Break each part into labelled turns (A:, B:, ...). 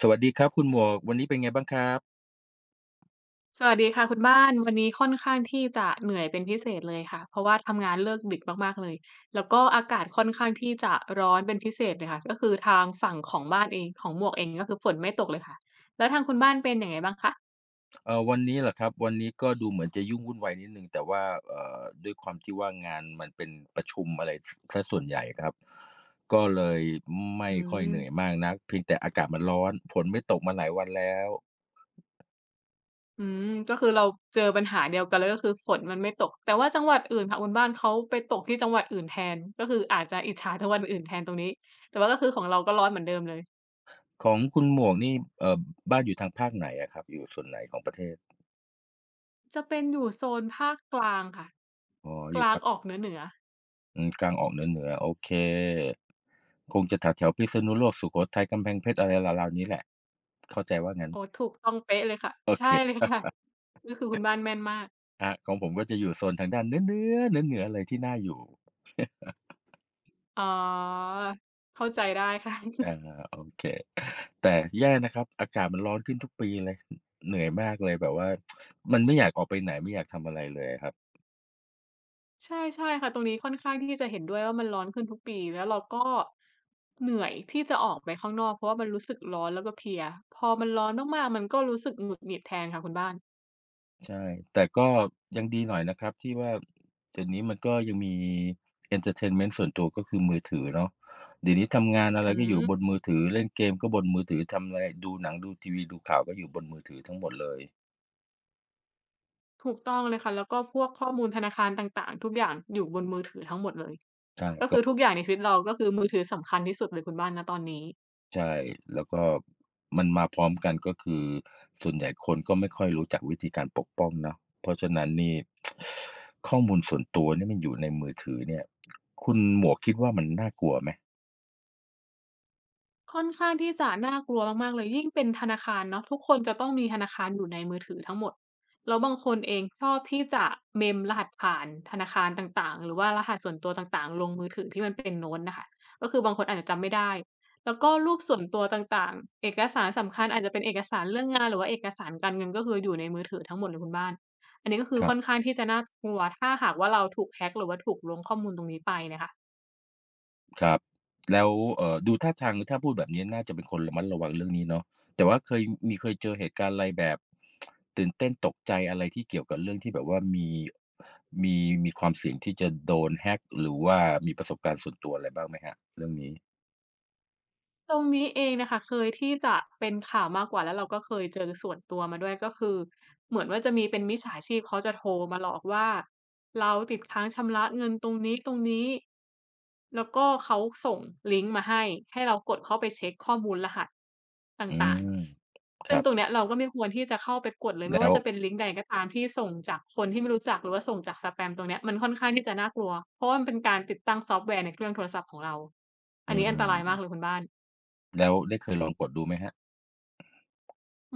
A: สวัสดีครับคุณหมวกวันนี้เป็นไงบ้างครับ
B: สวัสดีค่ะคุณบ้านวันนี้ค่อนข้างที่จะเหนื่อยเป็นพิเศษเลยค่ะเพราะว่าทำงานเลิกดึกมากๆเลยแล้วก็อากาศค่อนข้างที่จะร้อนเป็นพิเศษเลยค่ะก็คือทางฝั่งของบ้านเองของหมวกเองก็คือฝนไม่ตกเลยค่ะแล้วทางคุณบ้านเป็นยังไงบ้างคะ
A: วันนี้เหรอครับวันนี้ก็ดูเหมือนจะยุ่งวุ่นวายนิดหนึ่งแต่ว่าด้วยความที่ว่างานมันเป็นประชุมอะไรสเสียส่วนใหญ่ครับก็เลยไม่
B: อื
A: ค่อยเหนื่อย
B: ม
A: มากนักเพียงแต่อากาศมันร้อนฝนไม่ตกมาหลายวันแล้ว
B: อืมก็คือเราเจอปัญหาเดียวกันเลยก็คือฝนมันไม่ตกแต่ว่าจังหวัดอื่นค่ะคุณบ้านเขาไปตกที่จังหวัดอื่นแทนก็คืออาจจะอิจฉาจังหวัดอื่นแทนตรงนี้แต่ว่าก็คือของเราก็ร้อนเหมือนเดิมเลย
A: ของคุณหมวกนี่เอ่อบ้านอยู่ทางภาคไหนอะครับอยู่ส่วนไหนของประเทศ
B: จะเป็นอยู่โซนภาคกลางค่ะ
A: อ๋อ
B: ก
A: อยู่
B: ลาง
A: ภา
B: ออ
A: ค
B: กเหนือๆ
A: อืมกลางออกเหนือๆโอเคคงจะแถวๆพิษณุโลกสุโขทัยกำแพงเพชรอะไรราวๆนี้แหละเข้าใจว่างั้น
B: โอ้ถูกต้องเป๊ะเลยค่ะ
A: โอ
B: ใช่
A: เค
B: เลยค่ะก็คือคุณบ้านแม่นมาก
A: อ่ะของผมก็จะอยู่โซนทางด้านเนื้อๆเนื้อๆเลยที่น่าอยู่
B: อ๋อเข้าใจได้ค่ะ
A: เออโอเคแต่แย่นะครับอากาศมันร้อนขึ้นทุกปีเลยเหนื่อยมากเลยแบบว่ามันไม่อยากออกไปไหนไม่อยากทำอะไรเลยอะครับ
B: ใช่ใช่ค่ะ ตรงนี้ค่อนข้างที่จะเห็นด้วยว่ามันร้อนขึ้นทุกปี แล้วเราก็เหนื่อยที่จะออกไปข้างนอกเพราะว่ามันรู้สึกร้อนแล้วก็เพลีย พอมันร้อนมากๆมันก็รู้สึกหงุดหงิดแทนค่ะคุณบ้าน
A: ใช่แต่ก็ยังดีหน่อยนะครับที่ว่าเดี๋ยวนี้มันก็ยังมีเอนเทอร์เทนเมนต์ส่วนตัวก็คือมือถือเนาะเดี๋ยวนี้ทำงานอะไร
B: อื
A: ก็อยู่บน
B: ม
A: มือถือเล่นเกมก็บนมือถือทำอะไรดูหนังดูทีวีดูข่าวก็อยู่บนมือถือทั้งหมดเลย
B: ถูกต้องเลยค่ะ แล้วก็พวกข้อมูลธนาคารต่างๆทุกอย่างอยู่บนมือถือทั้งหมดเลยก็
A: ใช่
B: คือทุกอย่างในชีวิตเราก็คือมือถือสำคัญที่สุดเลยคุณบ้านณตอนนี้
A: ใช่ แล้วก็มันมาพร้อมกันก็คือส่วนใหญ่คนก็ไม่ค่อยรู้จักวิธีการปกป้องเนาะเพราะฉะนั้นนี่ ข้อมูลส่วนตัวเนี่ยมันอยู่ในมือถือเนี่ยคุณหมวกคิดว่ามันน่ากลัวไหม
B: ค่อนข้างที่จะน่ากลัวมากๆเลยยิ่งเป็นธนาคารเนาะทุกคนจะต้องมีธนาคารอยู่ในมือถือทั้งหมดแล้วบางคนเองชอบที่จะ mem รหัสผ่านธนาคารต่างๆหรือว่ารหัสส่วนตัวต่างๆลงมือถือที่มันเป็นโน้ตน่ะค่ะก็คือบางคนอาจจะจำไม่ได้แล้วก็รูปส่วนตัวต่างๆเอกสารสำคัญอาจจะเป็นเอกสารเรื่องงานหรือว่าเอกสารการเงินก็คืออยู่ในมือถือทั้งหมดเลยคุณบ้านอันนี้ก็คือ
A: ครั
B: ค่อน
A: บ
B: ข้างที่จะน่ากลัวถ้าหากว่าเราถูก hack หรือว่าถูกล้วงข้อมูลตรงนี้ไปเนี่ยค่ะ
A: ครับแล้วดูท่าทางถ้าพูดแบบนี้น่าจะเป็นคนระมัดระวังเรื่องนี้เนาะแต่ว่าเคยมีเคยเจอเหตุการณ์อะไรแบบตื่นเต้นตกใจอะไรที่เกี่ยวกับเรื่องที่แบบว่ามีมีมีความเสี่ยงที่จะโดน hack หรือว่ามีประสบการณ์ส่วนตัวอะไรบ้างไหมครับเรื่องนี้
B: ตรงนี้เองน่ะค่ะเคยที่จะเป็นข่าวมากกว่าแล้วเราก็เคยเจอส่วนตัวมาด้วยก็คือเหมือนว่าจะมีเป็นมิจฉาชีพเขาจะโทรมาหลอกว่าเราติดค้างชำระเงินตรงนี้ๆแล้วก็เขาส่งลิงก์มาให้ให้เรากดเข้าไปเช็กข้อมูลรหัสต
A: อื
B: ่าง
A: ม
B: ๆ
A: ค
B: ซึ่ง
A: รับ
B: ตรงเนี้ยเราก็ไม่ควรที่จะเข้าไปกดเลยไม่
A: แล้
B: ว่า
A: ว
B: จะเป็นลิงก์ใดก็ตามที่ส่งจากคนที่ไม่รู้จักหรือว่าส่งจากสแปมตรงเนี้ยมันค่อนข้างที่จะน่ากลัวเพราะว่ามันเป็นการติดตั้งซอฟต์แวร์ในเครื่องโทรศัพท์ของเราอั
A: อื
B: นนี้
A: ม
B: อันตรายมากเลยคุณบ้าน
A: แล้วได้เคยลองกดดูไหมครับ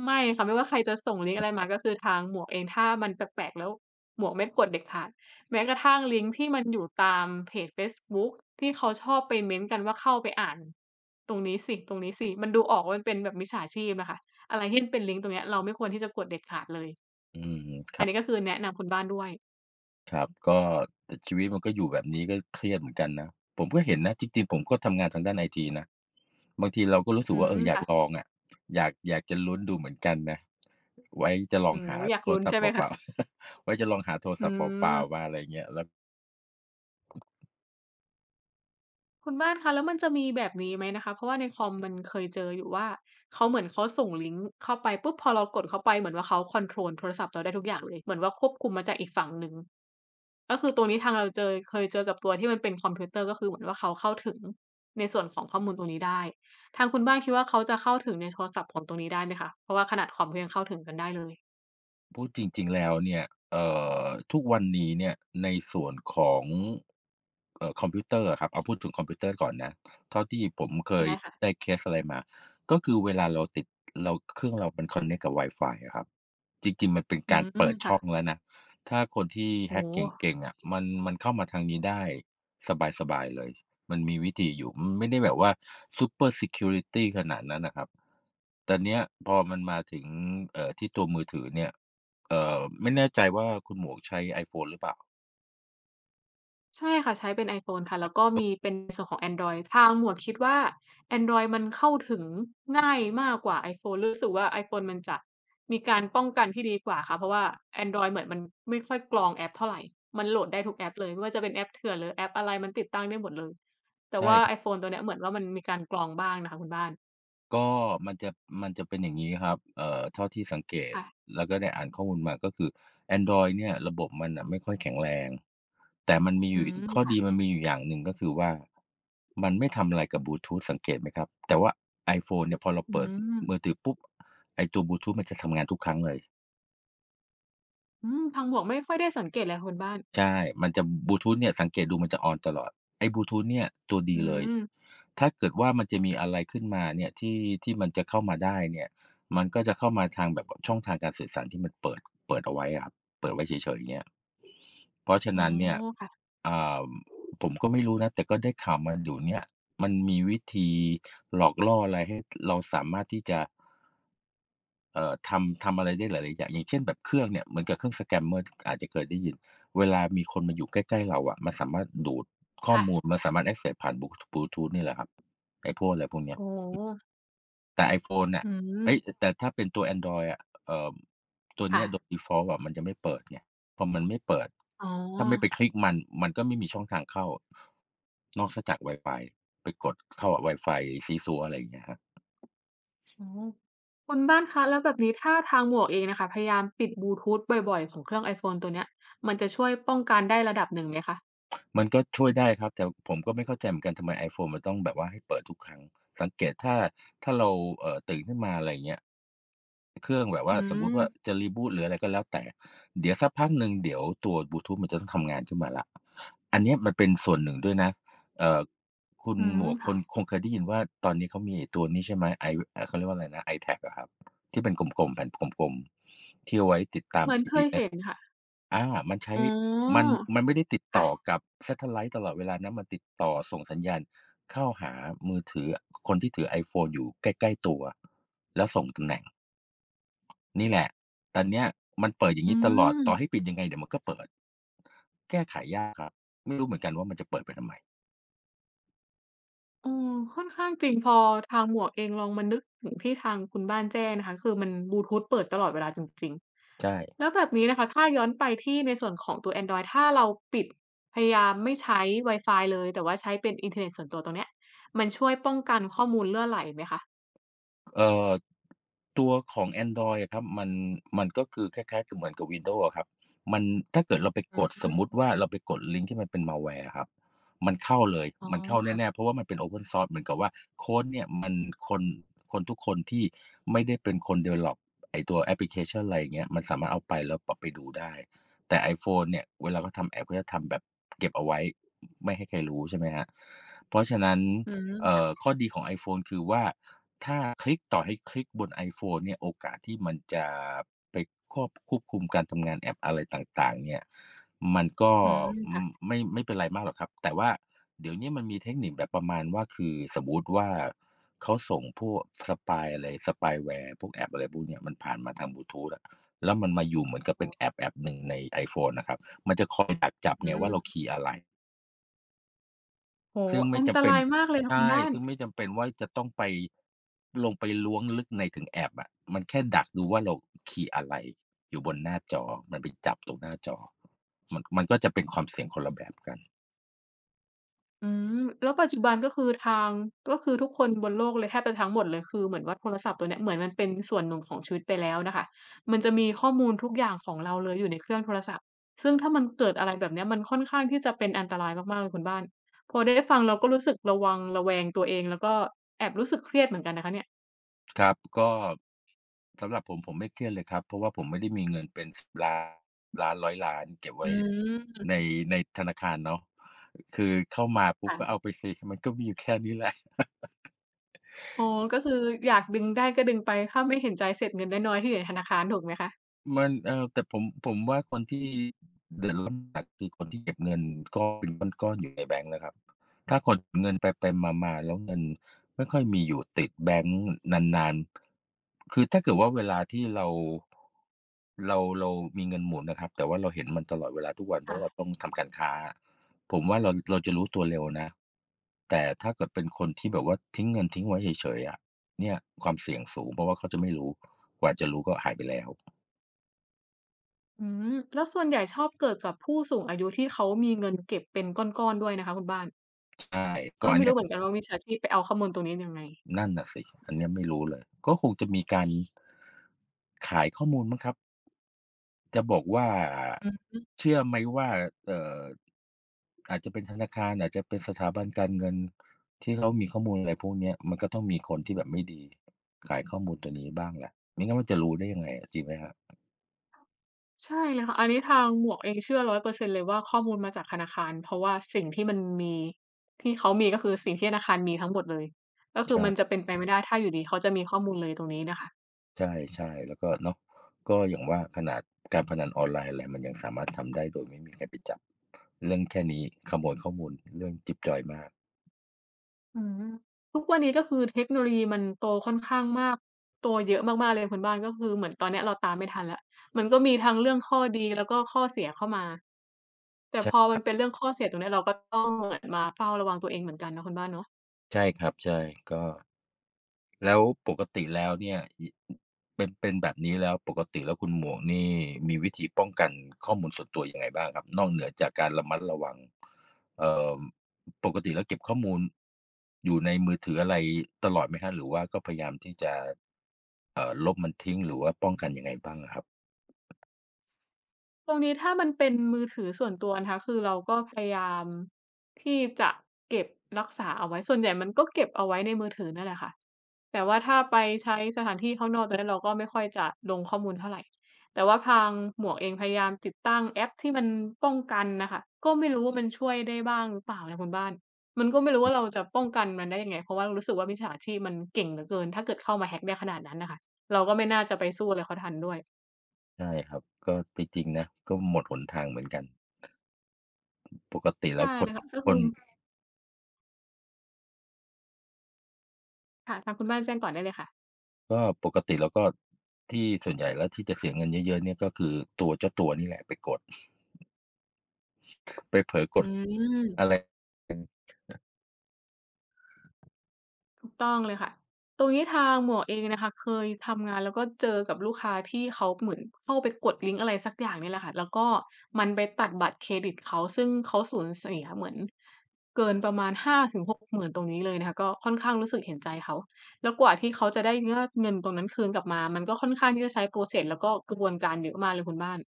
B: ไม่ค่ะไม่ว่าใครจะส่งลิงก์อะไรมาก็คือทางหมวกเองถ้ามันแปลกๆแล้วหมวกไม่กดเด็ดขาดแม้กระทั่งลิงก์ที่มันอยู่ตามเพจเฟซบุ๊กที่เขาชอบไปเม้นต์กันว่าเข้าไปอ่านตรงนี้สิตรงนี้สิมันดูออกว่ามันเป็นแบบมิจฉาชีพน่ะค่ะอะไรที่มันเป็นลิงก์ตรงเนี้ยเราไม่ควรที่จะกดเด็ดขาดเลย
A: อืมค
B: อัน
A: รับ
B: นี้ก็คือแนะนำคุณบ้านด้วย
A: ครับก็แต่ชีวิตมันก็อยู่แบบนี้ก็เครียดเหมือนกันนะผมก็เห็นนะจริงๆผมก็ทำงานทางด้านไอทีนะบางทีเราก็รู้สึ
B: อื
A: กว่าเอ
B: ม
A: ออยากล
B: ค่ะ
A: องอะอยากจะลุ้นดูเหมือนกันนะไว้จะลอ
B: โอ้
A: ง
B: โฮ
A: หา
B: อยาก
A: โทร
B: ลุ้น
A: ศัพ
B: ใช่
A: ท์
B: ไหม
A: เป
B: คะ
A: ล่าๆ ไว้จะลองหาโทร
B: อื
A: ศัพท์เปล่า
B: ม
A: ๆมาอะไรอย่างเงี้ยแล้ว
B: คุณบ้านคะแล้วมันจะมีแบบนี้ไหมนะคะเพราะว่าในคอมมันเคยเจออยู่ว่าเขาเหมือนเขาส่งลิงก์เข้าไปปุ๊บพอเรากดเข้าไปเหมือนว่าเขาคอนโทรลโทรศัพท์เราได้ทุกอย่างเลยเหมือนว่าควบคุมมาจากอีกฝั่งหนึ่งก็คือตรงนี้ทางเราเจอเคยเจอกับตัวที่มันเป็นคอมพิวเตอร์ก็คือเหมือนว่าเขาเข้าถึงในส่วนของข้อมูลตรงนี้ได้ทางคุณบ้านคิดว่าเขาจะเข้าถึงในโทรศัพท์ของตรงนี้ได้ไหมคะเพราะว่าขนาดคอมเขายังเข้าถึงกันได้เลย
A: พูดจริงๆแล้วเนี่ยเอ่อทุกวันนี้เนี่ยในส่วนของคอมพิวเตอร์อะครับเอาพูดถึงคอมพิวเตอร์ก่อนนะเท่าที่ผมเคย
B: ได้
A: ได้
B: ค่ะ
A: เคสอะไรมาก็คือเวลาเราติดเราเครื่องเรามัน connect กับไวฟายอะครับจริงๆมันเป็น
B: อื
A: การ
B: ม
A: เปิด
B: ค่ะ
A: ช่องแล้วนะถ้าคนที่
B: โอ้
A: hack เ
B: โฮ
A: ก่งๆอะมันเข้ามาทางนี้ได้สบายๆเลยมันมีวิธีอยู่มันไม่ได้แบบว่า super security ขนาดนั้นน่ะครับ แต่เนี้ยพอมันมาถึงที่ตัวมือถือเนี่ยไม่แน่ใจว่าคุณหมวกใช้ iPhone หรือเปล่า
B: ใช่ค่ะใช้เป็น iPhone ค่ะแล้วก็
A: แล้ว
B: มีเป็นในส่วนของแอนดรอยทางหมวกคิดว่าแอนดรอยมันเข้าถึงง่ายมากกว่า iPhone รู้สึกว่า iPhone มันจะมีการป้องกันที่ดีกว่าค่ะเพราะว่าแอนดรอยเหมือนมันไม่ค่อยกรองแอปเท่าไรมันโหลดได้ทุกแอปเลยไม่ว่าจะเป็นแอปเถื่อนหรือแอปอะไรมันติดตั้งได้หมดเลยแต่
A: ใช่
B: ว่า
A: ครับ
B: iPhone ตัวเนี้ยเหมือนว่ามันมีการกรองบ้างนะคะคุณบ้าน
A: ก็มันจะมันจะเป็นอย่างงี้ครับเท่าที่สังเกต
B: ค่ะ
A: แล้วก็ได้อ่านข้อมูลมาก็คือแอนดรอยด์เนี่ยระบบมันน่ะไม่ค่อยแข็งแรงแต่มันมีอ
B: อื
A: ยู่ข้อดี
B: ม
A: มันมีอยู่อย่างหนึ่งก็คือว่ามันไม่ทำอะไรกับบลูทูธสังเกตไหมครับแต่ว่า iPhone เนี่ยพอเรา
B: อื
A: เปิด
B: ม
A: มือถือปุ๊บไอ้ตัวบลูทูธมันจะทำงานทุกครั้งเลย
B: อืมทางหมวกไม่ค่อยได้สังเกตเลยค่ะคุณบ้าน
A: ใช่มันจะบลูทูธเนี่ยสังเกตดูมันจะ on ตลอดไอ้บลูทูธเนี่ยตัว
B: อื
A: ดีเลย
B: ม
A: ถ้าเกิดว่ามันจะมีอะไรขึ้นมาเนี่ยที่ที่มันจะเข้ามาได้เนี่ยมันก็จะเข้ามาทางแบบช่องทางการสื่อสารที่มันเปิดเอาไว้อะครับเปิดไว้เฉยๆอย่างเงี้ยเพราะฉะ
B: อ๋อ
A: นั้นเนี่ย
B: ค่ะ
A: อ่าผมก็ไม่รู้นะแต่ก็ได้ข่าวมาอยู่เนี่ยมันมีวิธีหลอกล่ออะไรให้เราสามารถที่จะ ทำอะไรได้หลายๆอย่างอย่างเช่นแบบเครื่องเนี่ยเหมือนกับเครื่อง Scammer ที่อาจจะเคยได้ยินเวลามีคนมาอยู่ใกล้ๆเราอะมันสามารถดูดข้อ
B: ค่ะ
A: มูลมันสามารถ access ผ่านบลูทูธนี่แหละครับไอ้พวกอะไรพวกเนี้ย
B: โอ้โฮ
A: แต่ iPhone
B: อื
A: น่ะเฮ้ย
B: ม
A: แต่ถ้าเป็นตัวแอนดรอยอะเอ่อตัวเนี้
B: ค่ะ
A: ยโดย default อะมันจะไม่เปิดไงพอมันไม่เปิด
B: อ๋อ
A: ถ้าไม่ไปคลิกมันมันก็ไม่มีช่องทางเข้านอกเสียจากวายฟายไปกดเข้ากับวายฟายซีซัวอะไรอย่างเงี้ยครับ
B: อ๋อคุณบ้านคะแล้วแบบนี้ถ้าทางหมวกเองนะคะพยายามปิดบลูทูธบ่อยๆของเครื่อง iPhone ตัวเนี้ยมันจะช่วยป้องกันได้ระดับหนึ่งไหมคะ
A: มันก็ช่วยได้ครับแต่ผมก็ไม่เข้าใจเหมือนกันทำไม iPhone มันต้องแบบว่าให้เปิดทุกครั้งสังเกตถ้าเราตื่นขึ้นมาอะไรอย่างเงี้ยเครื่องแบบ
B: อื
A: ว่าสมมุติว่า
B: ม
A: จะ reboot หรืออะไรก็แล้วแต่เดี๋ยวสักพักหนึ่งเดี๋ยวตัวบลูทูธมันจะต้องทำงานขึ้นมาแล้วอันเนี้ยมันเป็นส่วนหนึ่งด้วยนะเอ่อคุณ
B: อืม
A: หมวกค
B: ค่ะ
A: นคงเคยได้ยินว่าตอนนี้เขามีไอ้ตัวนี้ใช่ไหมไอเขาเรียกว่าอะไรนะ iTag อะครับที่เป็นกลมๆแผ่นกลมๆที่เอาไว้ติดตาม
B: เหมือนเคย
A: GPS
B: เห็นค่ะ
A: อามันใช้
B: อ๋อ
A: มันมันไม่ได้ติดต่อ
B: ค่ะ
A: กับแซตเทิลไลต์ตลอดเวลานะ มันติดต่อส่งสัญญาณเข้าหามือถือคนที่ถือ iPhone อยู่ใกล้ๆตัวแล้วส่งตำแหน่งนี่แหละตอนเนี้ยมันเปิดอย่าง
B: อื
A: งี้ตลอดต่อให้
B: ม
A: ปิดยังไงเดี๋ยวมันก็เปิดแก้ไขยากครับไม่รู้เหมือนกันว่ามันจะเปิดไปทำไม
B: เออค่อนข้างจริงพอทางหมวกเองลองมานึกถึงที่ทางคุณบ้านแจ้งนะคะคือมันบลูทูธเปิดตลอดเวลาจริงๆแล้
A: ใช่
B: วแบบนี้นะคะถ้าย้อนไปที่ในส่วนของตัวแอนดรอยด์ถ้าเราปิดพยายามไม่ใช้ไวายฟายเลยแต่ว่าใช้เป็นอินเทอร์เน็ตส่วนตัวตรงเนี้ยมันช่วยป้องกันข้อมูลรั่วไหลไหมคะ
A: เอ่อตัวของแอนดรอยอะครับมันก็คือคล้ายๆคือเหมือนกับ Windows อะครับมันถ้าเกิดเราไป
B: อื
A: กดสมมุ
B: ม
A: ติว่าเราไปกดลิงก์ที่มันเป็น malware อะครับมันเข้าเลย
B: อ๋อ
A: มันเข้าแน่
B: ค่ะ
A: ๆเพราะว่ามันเป็น Open Source เหมือนกับว่าโคดเนี่ยมันคนคนทุกคนที่ไม่ได้เป็นคน develop ไอ้ตัวแอปพลิเคชันอะไรอย่างเงี้ยมันสามารถเอาไปแล้วปรับไปดูได้แต่ iPhone เนี่ยเวลาเขาทำแอปเขาจะทำแบบเก็บเอาไว้ไม่ให้ใครรู้ใช่ไหมครับเพราะฉะนั้น
B: อืม
A: ข้อดีของ iPhone คือว่า ถ้าคลิกต่อให้คลิกบนไอโฟนเนี่ยโอกาสที่มันจะไปควบคุมการทำงานแอปอะไรต่างๆเนี่ยมันก็
B: อืมค่ะ
A: ไม่เป็นไรมากหรอกครับแต่ว่าเดี๋ยวเนี้ยมันมีเทคนิคแบบประมาณว่าคือสมมุติว่าเขาส่งพวก spy อะไร spyware พวกแอปอะไรพวกเนี้ยมันผ่านมาทางบลูทูธอะแล้วมันมาอยู่เหมือนกับ
B: อ๋
A: เป็
B: อ
A: นแอปหนึ่งในไอโฟนนะครับมันจะคอยดักจับ
B: อื
A: ไงว่าเรา
B: ม
A: คีย์อะไร
B: โอ้โฮ
A: ซึ่งไม่
B: อันต
A: จำเป็น
B: รายมากเลยค่ะคุณ
A: ใช่
B: บ้าน
A: ซึ่งไม่จำเป็นว่าจะต้องไปลงไปล้วงลึกในถึงแอปอะมันแค่ดักดูว่าเราคีย์อะไรอยู่บนหน้าจอมันไปจับตรงหน้าจอมันก็จะเป็นความเสี่ยงคนละแบบกัน
B: อืมแล้วปัจจุบันก็คือทางก็คือทุกคนบนโลกเลยแทบจะทั้งหมดเลยคือเหมือนว่าโทรศัพท์ตัวเนี้ยเหมือนมันเป็นส่วนหนึ่งของชีวิตไปแล้วน่ะค่ะมันจะมีข้อมูลทุกอย่างของเราเลยอยู่ในเครื่องโทรศัพท์ซึ่งถ้ามันเกิดอะไรแบบเนี้ยมันค่อนข้างที่จะเป็นอันตรายมากๆเลยคุณบ้านพอได้ฟังเราก็รู้สึกระวังระแวงตัวเองแล้วก็แอบรู้สึกเครียดเหมือนกันนะคะเนี่ย
A: ครับก็สำหรับผมไม่เครียดเลยครับเพราะว่าผมไม่ได้มีเงินเป็น10,000,000,000 1 0 0 0 0เก็บ
B: อื
A: ไว้
B: ม
A: ในในธนาคารเนาะคือเข้ามาปุ๊บก็เอา
B: ค่ะ
A: ไปสิมันก็มีอยู่แค่นี้แหละ
B: อ๋อก็คืออยากดึงได้ก็ดึงไปถ้าไม่เห็นใจเศษเงินน้อยๆที่อยู่ในธนาคารถูกไหมคะ
A: มันแต่ผมว่าคนที่เดือดร้อนหนักคือคนที่เก็บเงินก้อนเป็นก้อนๆอยู่ในแบงก์นะครับถ้าคนเงินไปๆมาๆแล้วเงินไม่ค่อยมีอยู่ติดแบงก์นานๆคือถ้าเกิดว่าเวลาที่เรามีเงินหมุนนะครับแต่ว่าเราเห็นมันตลอดเวลาทุกวันเพราะว่าเราต้องทำการค้าผมว่าเราจะรู้ตัวเร็วนะแต่ถ้าเกิดเป็นคนที่แบบว่าทิ้งเงินทิ้งไว้เฉยๆอะเนี่ยความเสี่ยงสูงเพราะว่าเขาจะไม่รู้กว่าจะรู้ก็หายไปแล้ว
B: อืมแล้วส่วนใหญ่ชอบเกิดกับผู้สูงอายุที่เขามีเงินเก็บเป็นก้อนๆด้วยนะคะคุณบ้าน
A: ใช่
B: ก็
A: ก่อน
B: ไม่
A: เนี่
B: รู้
A: ย
B: เหมือนกันว่ามิจฉาชีพไปเอาข้อมูลตรงนี้ยังไง
A: นั่นน่ะสิอันเนี้ยไม่รู้เลยก็คงจะมีการขายข้อมูลมั้งครับจะบอกว่า
B: อืม
A: เชื่อไหมว่าเอ่ออาจจะเป็นธนาคารอาจจะเป็นสถาบันการเงินที่เขามีข้อมูลอะไรพวกเนี้ยมันก็ต้องมีคนที่แบบไม่ดีขายข้อมูลตัวนี้บ้างแหละไม่งั้นมันจะรู้ได้ยังไงอะจริงไหมครับ
B: ใช่เลยค่ะอันนี้ทางหมวกเองเชื่อ100%เปอร์เซ็นต์เลยว่าข้อมูลมาจากธนาคารเพราะว่าสิ่งที่มันมีที่เขามีก็คือสิ่งที่ธนาคารมีทั้งหมดเลยก็คือมันจะ
A: ใช่
B: เป็นไปไม่ได้ถ้าอยู่ดีเขาจะมีข้อมูลเลยตรงนี้น่ะค่ะ
A: ใช่ๆแล้วก็เนาะก็อย่างว่าขนาดการพนันออนไลน์อะไรมันยังสามารถทำได้โดยไม่มีใครไปจับเรื่องแค่นี้ขโมยข้อมูลเรื่องจิ๊บจ๊อยมาก
B: อืมทุกวันนี้ก็คือเทคโนโลยีมันโตค่อนข้างมาก โตเยอะมากๆเลยคุณบ้านก็คือเหมือนตอนเนี้ยเราตามไม่ทันแล้วมันก็มีทั้งเรื่องข้อดีแล้วก็ข้อเสียเข้ามา แต่
A: ใช
B: พอ
A: ่
B: มันเป็นเรื่องข้อเสียตรงเนี้ยเราก็ต้องเหมือนมาเฝ้าระวังตัวเองเหมือนกันเนาะคุณบ้านเนาะ
A: ใช่ครับใช่ก็แล้วปกติแล้วเนี่ยยเป็นแบบนี้แล้วปกติแล้วคุณหมวกนี่มีวิธีป้องกันข้อมูลส่วนตัวยังไงบ้างครับนอกเหนือจากการระมัดระวังเอ่อปกติแล้วเก็บข้อมูลอยู่ในมือถืออะไรตลอดไหมครับหรือว่าก็พยายามที่จะลบมันทิ้งหรือว่าป้องกันยังไงบ้างอะครับ
B: ตรงนี้ถ้ามันเป็นมือถือส่วนตัวนะคะคือเราก็พยายามที่จะเก็บรักษาเอาไว้ส่วนใหญ่มันก็เก็บเอาไว้ในมือถือนั่นแหละค่ะแต่ว่าถ้าไปใช้สถานที่ข้างนอกตอนนั้นเราก็ไม่ค่อยจะลงข้อมูลเท่าไรแต่ว่าทางหมวกเองพยายามติดตั้งแอปที่มันป้องกันน่ะค่ะก็ไม่รู้ว่ามันช่วยได้บ้างหรือเปล่านะคุณบ้านมันก็ไม่รู้ว่าเราจะป้องกันมันได้ยังไงเพราะว่ารู้สึกว่ามิจฉาชีพมันเก่งเหลือเกินถ้าเกิดเข้ามา hack ได้ขนาดนั้นน่ะค่ะเราก็ไม่น่าจะไปสู้อะไรเขาทันด้วย
A: ใช่ครับก็จริงๆนะก็หมดหนทางเหมือนกันปกติ
B: ใช่
A: แล้ว
B: เลยค่ะก็
A: ค
B: คือ
A: น
B: ค่ะทางคุณบ้านแจ้งก่อนได้เลยค่ะ
A: ก็ปกติแล้วก็ที่ส่วนใหญ่แล้วที่จะเสียเงินเยอะๆเนี่ยก็คือตัวเจ้าตัวนี่แหละไปกด ไปเผลอก
B: อื
A: ด
B: ม
A: อะไร
B: ถูกต้องเลยค่ะตรงนี้ทางหมวกเองนะคะเคยทำงานแล้วก็เจอกับลูกค้าที่เขาเหมือนเข้าไปกดลิงก์อะไรสักอย่างนี่แหละค่ะแล้วก็มันไปตัดบัตรเครดิตเขาซึ่งเขาสูญเสียเหมือนเกินประมาณ5งหก6มื่นตรงนี้เลยนะคะก็ค่อนข้างรู้สึกเห็นใจเขาแล้วกว่าที่เขาจะได้เงือเงินตรงนั้นคืนกลับมามันก็ค่อนข้างที่จะใช้ process แล้วก็กระบวนการเยอะมากเลยคุณบ้าน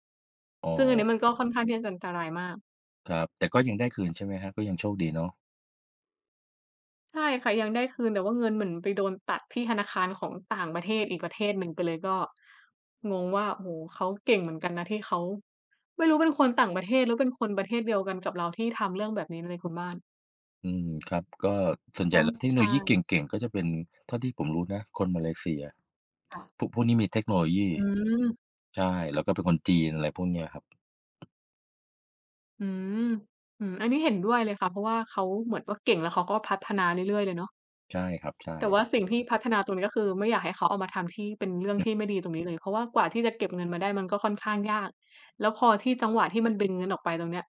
A: อ๋อ
B: ซึ่งอันนี้มันก็ค่อนข้างที่จะอันตรายมาก
A: ครับแต่ก็ยังได้คืนใช่ไหมครับก็ยังโชคดีเนาะ
B: ใช่ค่ะยังได้คืนแต่ว่าเงินเหมือนไปโดนตัดที่ธนาคารของต่างประเทศอีกประเทศหนึ่งไปเลยก็งงว่าโอ้โฮเขาเก่งเหมือนกันนะที่เขาไม่รู้เป็นคนต่างประเทศหรือเป็นคนประเทศเดียวกันกับเราที่ทำเรื่องแบบนี้เลยคุณบ้าน
A: อืมครับก็ส่วน
B: เพ
A: ใหญ่
B: ราะ
A: แล้วเทคโนโลยีเก
B: ใช่
A: ่งๆก็จะเป็นเท่าที่ผมรู้นะคนมาเลเซีย
B: ค่ะ
A: พวกนี้มีเทคโนโลยี
B: อืม
A: ใช่แล้วก็เป็นคนจีนอะไรพวกเนี้ยครับ
B: อืมอืมอันนี้เห็นด้วยเลยค่ะเพราะว่าเขาเหมือนว่าเก่งแล้วเขาก็พัฒนาเรื่อยๆเลยเนาะ
A: ใช่ครับใช่
B: แต่ว่าสิ่งที่พัฒนาตรงนี้ก็คือไม่อยากให้เขาเอามาทำที่เป็นเรื่องที่ไม่ดีตรงนี้เลยเพราะว่ากว่าที่จะเก็บเงินมาได้มันก็ค่อนข้างยากแล้วพอที่จังหวะที่มันดึงเงินออกไปตรงเนี้ย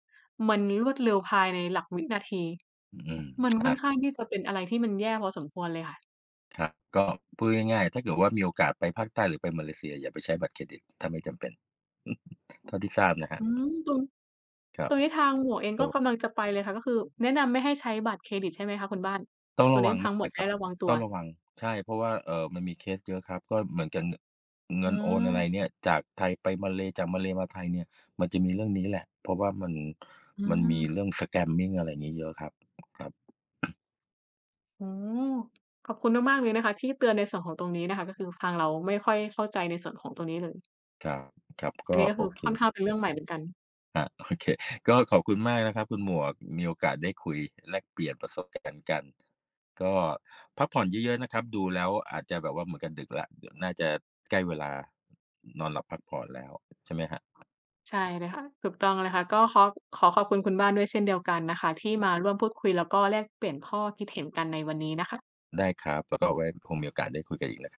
B: มันรวดเร็วภายในหลักวินาที
A: อืม
B: มันค่
A: ใช่
B: อนข้างที่จะเป็นอะไรที่มันแย่พอสมควรเลยค่ะ
A: ครับก็พูดง่ายๆถ้าเกิดว่ามีโอกาสไปภาคใต้หรือไปมาเลเซียอย่าไปใช้บัตรเครดิตถ้าไม่จำเป็น เท่าที่ทราบนะครั
B: อื
A: บ
B: มตรง
A: ครั
B: ต
A: บ
B: รงนี้ทางหมวกเอง
A: โอ้
B: ก็
A: โฮ
B: กำลังจะไปเลยค่ะก็คือแนะนำไม่ให้ใช้บัตรเครดิตใช่ไหมคะคุณบ้าน
A: ต้อง
B: ตัว
A: ระ
B: นี้
A: วัง
B: ทาง
A: มาก
B: หมว
A: เล
B: ก
A: ย
B: จะ
A: ครั
B: ได้
A: บ
B: ระวังตั
A: ต้
B: ว
A: องระวังใช่เพราะว่ามันมีเคสเยอะครับก็เหมือนกับง
B: อื
A: เงินโอน
B: ม
A: อะไรเนี่ยจากไทยไปมาเลย์จากมาเลย์มาไทยเนี่ยมันจะมีเรื่องนี้แหละเพราะว่า
B: อื
A: มันมีเรื่อ
B: ม
A: ง scamming อะไรอย่างงี้เยอะครับครับ
B: โอ้อขอบคุณมากๆเลยนะคะที่เตือนในส่วนของตรงนี้นะคะก็คือทางเราไม่ค่อยเข้าใจในส่วนของตรงนี้เลย
A: ครับครับ
B: อัน
A: ก็
B: นี้ก็
A: โอ
B: คือ
A: เค
B: ค่อนข้างเป็นเรื่องใหม่เหมือนกัน
A: ครับโอเคก็ขอบคุณมากนะครับคุณหมวกมีโอกาสได้คุยแลกเปลี่ยนประสบการณ์กันก็พักผ่อนเยอะๆนะครับดูแล้วอาจจะแบบว่าเหมือนกับดึกแล้วเดี๋ยวน่าจะใกล้เวลานอนหลับพักผ่อนแล้วใช่ไหมครับ
B: ใช่เลยค่ะถูกต้องเลยค่ะก็ขอบคุณคุณบ้านด้วยเช่นเดียวกันนะคะที่มาร่วมพูดคุยแล้วก็แลกเปลี่ยนข้อคิดเห็นกันในวันนี้นะคะ
A: ได้ครับ แล้วก็เอาไว้คงมีโอกาสได้คุยกันอีกนะ